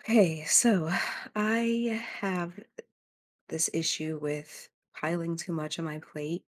Okay, so I have this issue with piling too much on my plate.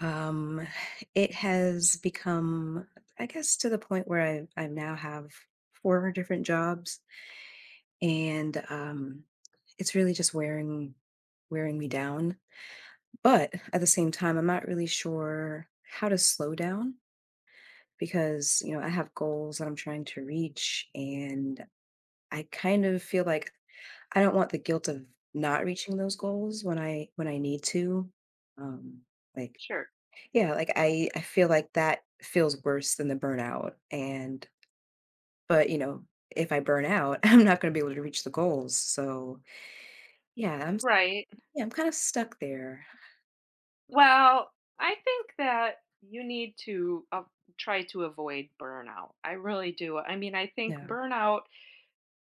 Um, it has become, I guess, to the point where I now have four different jobs, and it's really just wearing me down. But at the same time, I'm not really sure how to slow down because you know I have goals that I'm trying to reach, and I kind of feel like I don't want the guilt of not reaching those goals when I need to. Um, like Sure. yeah, like I feel like that feels worse than the burnout. And but you know, if I burn out, I'm not going to be able to reach the goals. So yeah, I'm s- Right. yeah, I'm kind of stuck there. Well, I think that you need to try to avoid burnout. I really do. I mean, I think Yeah, burnout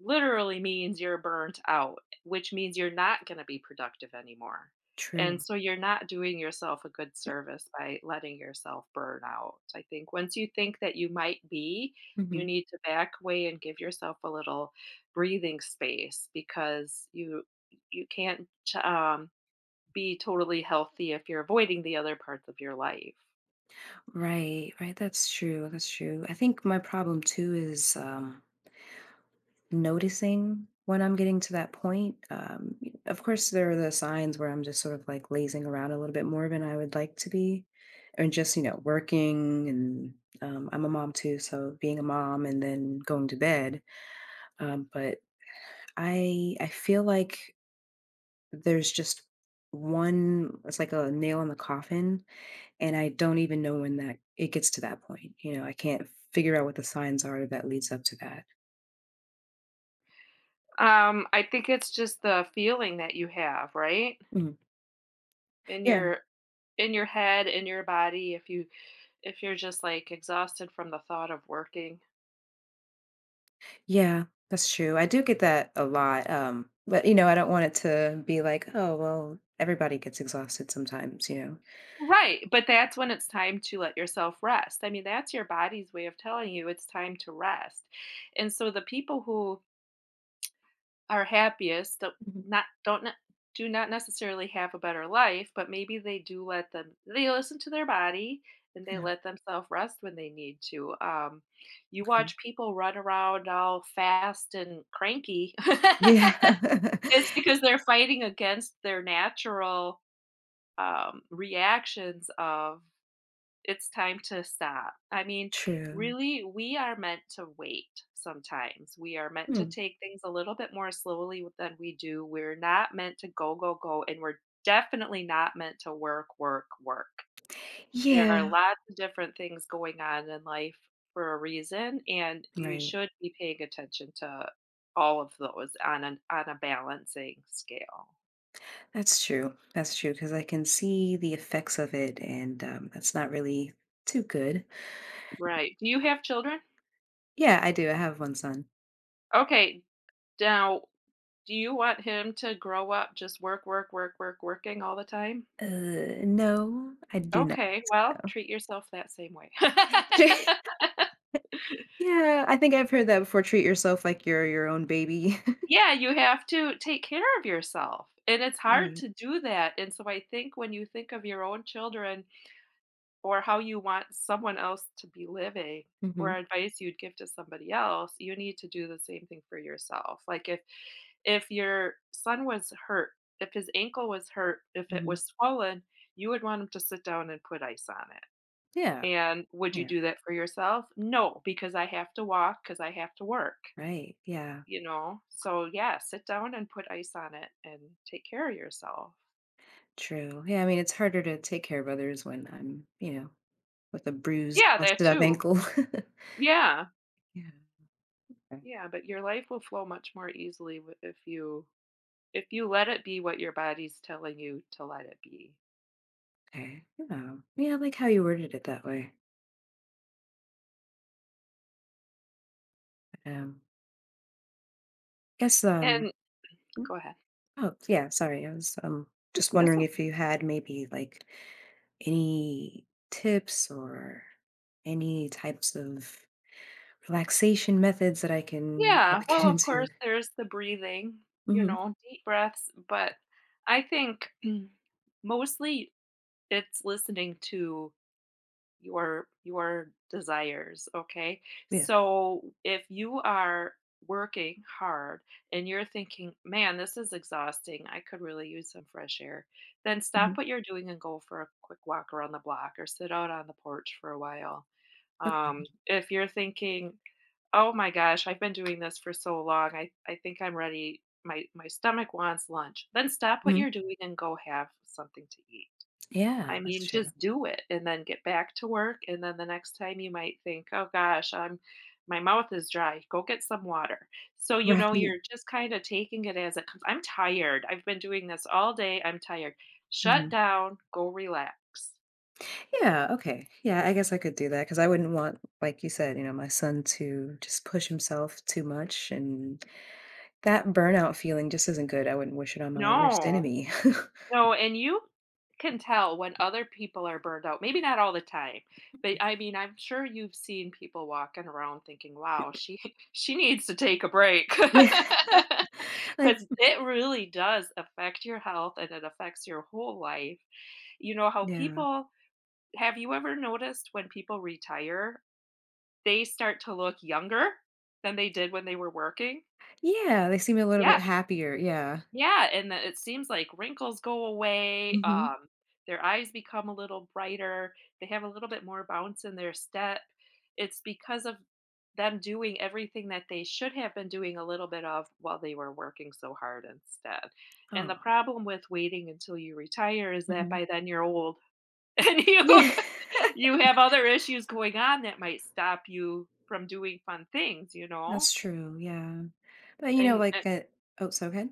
literally means you're burnt out, which means you're not going to be productive anymore. And true. so you're not doing yourself a good service by letting yourself burn out. I think once you think that you might be, you Hmm. need to back away and give yourself a little breathing space because you can't um be totally healthy if you're avoiding the other parts of your life. Right, right. That's true. That's true. I think my problem too is noticing when I'm getting to that point. Of course, there are the signs where I'm just sort of like lazing around a little bit more than I would like to be, and just, you know, working. And I'm a mom too, so being a mom and then going to bed. But I feel like there's just one, it's like a nail in the coffin, and I don't even know when that it gets to that point. I can't figure out what the signs are that leads up to that. I think it's just the feeling that you have, right? Mhm. In Yeah. your head, in your body, if you're just like exhausted from the thought of working. Yeah, that's true. I do get that a lot. But you know, I don't want it to be like, oh, well, everybody gets exhausted sometimes, you know. Right, but that's when it's time to let yourself rest. I mean, that's your body's way of telling you it's time to rest. And so the people who are happiest don't Mhm. not don't ne- do not necessarily have a better life, but maybe they do let them they listen to their body and they Yeah. let themselves rest when they need to. You Okay. watch people run around all fast and cranky. Yeah. It's because they're fighting against their natural reactions of it's time to stop. I mean, True. really, we are meant to wait sometimes. We are meant to Hmm. take things a little bit more slowly than we do. We're not meant to go, go, go. And we're definitely not meant to work, work, work. There are Yeah. lots of different things going on in life for a reason. And you Right. should be paying attention to all of those on an on a balancing scale. That's true. That's true. Because I can see the effects of it, and that's not really too good. Right. Do you have children? Yeah, I do. I have one son. Okay. Now, do you want him to grow up just work, work, work, work, working all the time? No, I do not Okay, well, know. treat yourself that same way. Yeah, I think I've heard that before. Treat yourself like you're your own baby. Yeah, you have to take care of yourself, and it's hard Right. to do that, and so I think when you think of your own children or how you want someone else to be living or Hmm. advice you'd give to somebody else, you need to do the same thing for yourself. Like if your son was hurt, if his ankle was hurt, if it Hmm. was swollen, you would want him to sit down and put ice on it. Yeah. And would you Yeah. do that for yourself? No, because I have to walk, because I have to work, Right. Yeah. you know? So, yeah, sit down and put ice on it and take care of yourself. True. Yeah. I mean, it's harder to take care of others when I'm, you know, with a bruised, Yeah, that busted up too. ankle. Yeah. Yeah. Okay. Yeah, but your life will flow much more easily w- if you let it be what your body's telling you to let it be. Okay. Yeah. Yeah. I like how you worded it that way. Um, guess, um, And mm, go ahead. oh, yeah. Sorry. I was, just That's wondering if okay. you had maybe like any tips or any types of relaxation methods that I can Yeah, probably get well, of into. course there's the breathing, you Hmm. know, deep breaths, but I think mostly it's listening to your desires, okay, Yeah. so if you are working hard and you're thinking, man, this is exhausting, I could really use some fresh air, then stop Hmm. what you're doing and go for a quick walk around the block or sit out on the porch for a while. Okay. If you're thinking, oh my gosh, I've been doing this for so long, I think I'm ready, my stomach wants lunch, then stop what Mhm. you're doing and go have something to eat. Yeah, I that's mean, true. just do it and then get back to work. And then the next time you might think, oh gosh, I'm my mouth is dry. Go get some water. So, you know, Right. you're just kind of taking it as it comes. I'm tired. I've been doing this all day. I'm tired. Shut Mhm. down. Go relax. Yeah, okay. Yeah, I guess I could do that because I wouldn't want, like you said, you know, my son to just push himself too much. And that burnout feeling just isn't good. I wouldn't wish it on my worst No. enemy. No, and you can tell when other people are burned out. Maybe not all the time, but I mean, I'm sure you've seen people walking around thinking, "Wow, she she needs to take a break," Yeah. Like, because it really does affect your health and it affects your whole life. You know how yeah. people have you ever noticed when people retire, they start to look younger than they did when they were working? Yeah. They seem a little bit Yeah. happier. Yeah. Yeah, and that it seems like wrinkles go away, Hmm. Their eyes become a little brighter, they have a little bit more bounce in their step. It's because of them doing everything that they should have been doing a little bit of while they were working so hard instead. And the Oh, problem with waiting until you retire is that hmm, by then you're old and you yeah. you have other issues going on that might stop you from doing fun things, you know? That's true. Yeah. But you know, And like and that. Oh, so good.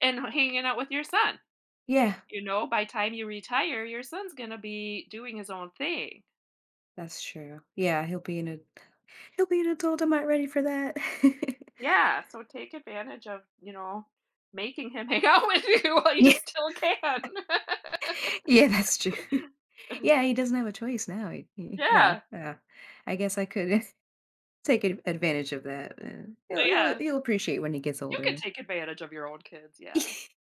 and hanging out with your son. Yeah. You know, by time you retire, your son's gonna be doing his own thing. That's true. Yeah. He'll be an adult. I'm not ready for that. Yeah, so take advantage of, you know, making him hang out with you while you Yeah. still can. Yeah. That's true. Yeah, he doesn't have a choice now. He Yeah, Yeah, yeah. I guess I could take ad advantage of that, and he'll he'll yeah. he'll appreciate when he gets You can older. take advantage of your own kids, yeah.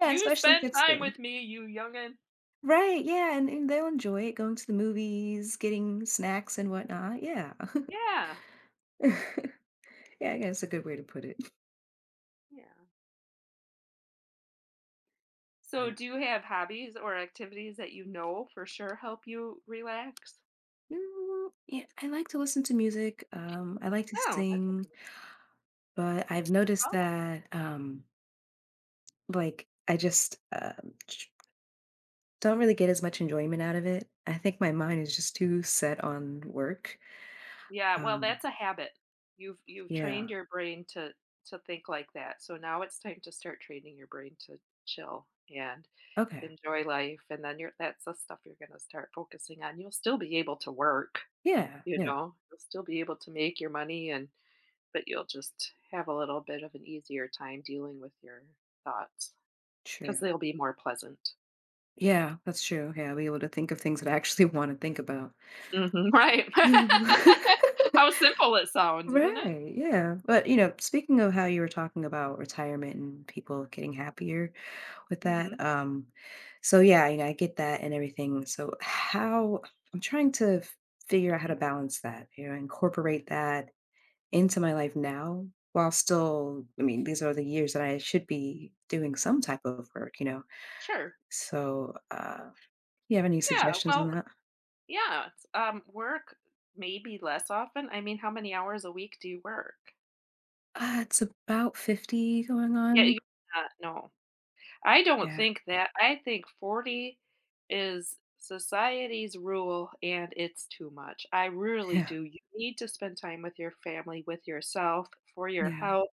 Yeah, "You especially if spend it's time good. with me, you youngin." Right, yeah, and they'll enjoy it, going to the movies, getting snacks and whatnot, yeah. Yeah, Yeah, I guess that's a good way to put it. yeah. So, Yeah. do you have hobbies or activities that you know for sure help you relax? Mm, yeah, I like to listen to music, I like to Oh, that's a sing, good. but I've noticed that, I just, don't really get as much enjoyment out of it. I think my mind is just too set on work. Yeah, well, Um, that's a habit. You've trained yeah. your brain to think like that. So now it's time to start training your brain to chill and Okay. enjoy life, and then you're that's the stuff you're going to start focusing on. You'll still be able to work, Yeah. you Yeah. know. You'll still be able to make your money, and but you'll just have a little bit of an easier time dealing with your thoughts because True. they'll be more pleasant. Yeah. That's true. Yeah. I'll be able to think of things that I actually want to think about. Mhm, right. How simple it sounds, isn't it? Right. Yeah. But, you know, speaking of how you were talking about retirement and people getting happier with that, Mhm. So yeah, you know, I get that and everything. So how I'm trying to figure out how to balance that, you know, incorporate that into my life now while still, I mean, these are the years that I should be doing some type of work, you know? Sure. So, you have any Yeah, suggestions on well. that? Yeah, it's, work maybe less often. I mean, how many hours a week do you work? It's about 50 going Yeah, on. you not no. I don't Yeah, think that I think 40 is society's rule, and it's too much. I really yeah, do. You need to spend time with your family, with yourself, for your yeah, health.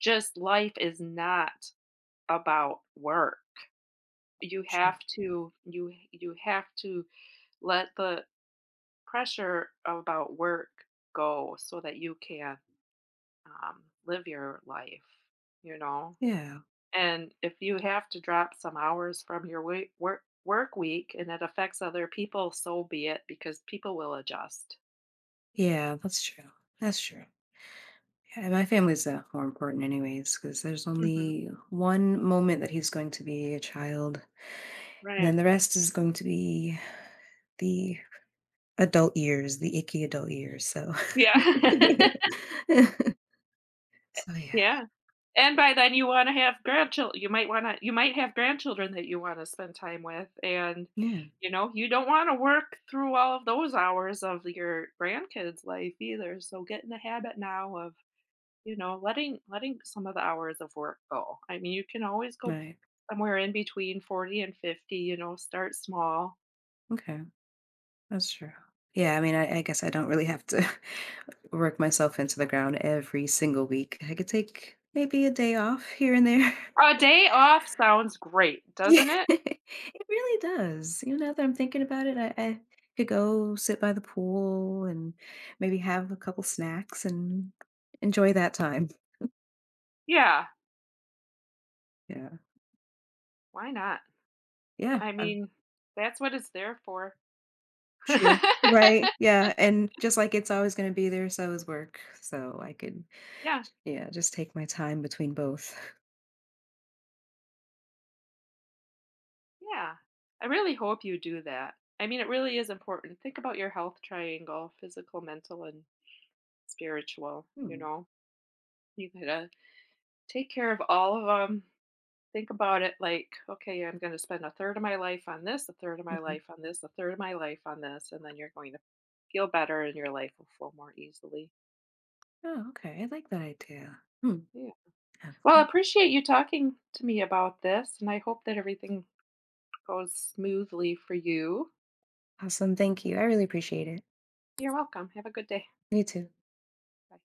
Just life is not about work. You true. have to you you have to let the pressure about work go so that you can live your life, you know? Yeah, And if you have to drop some hours from your work week and it affects other people, so be it because people will adjust. yeah, that's true. That's true. Yeah, and my family's more important anyways, because there's Hmm. only one moment that he's going to be a child, and Right. then the rest is going to be the adult years, the icky adult years, so Yeah. so yeah. Yeah. And by then you want to have grandchildren. You might have grandchildren that you want to spend time with, and Yeah, you know, you don't want to work through all of those hours of your grandkids' life either. So get in the habit now. You know, letting some of the hours of work go. I mean, you can always go right. somewhere in between 40 and 50, you know, start small. Okay, that's true. Yeah, I mean, I guess I don't really have to work myself into the ground every single week. I could take maybe a day off here and there. A day off sounds great, Yeah. doesn't it? It really does. You know, now that I'm thinking about it, I could go sit by the pool and maybe have a couple snacks and enjoy that time. Yeah, Yeah. why not? Yeah, I I'm mean, that's what it's there for. True. Right. Yeah. And just like it's always going to be there, so is work. So I could, Yeah, yeah, just take my time between both. yeah. I really hope you do that. I mean, it really is important. Think about your health triangle, physical, mental, and spiritual. You Hmm. know, you gotta take care of all of them. Think about it like, okay, I'm going to spend a third of my life on this, a third of my Mhm. life on this, a third of my life on this, and then you're going to feel better and your life will flow more easily. Oh, okay. I like that idea. Hmm. Yeah. Yeah. Well, I appreciate you talking to me about this, and I hope that everything goes smoothly for you. Awesome. Thank you. I really appreciate it. You're welcome. Have a good day. You too. Bye.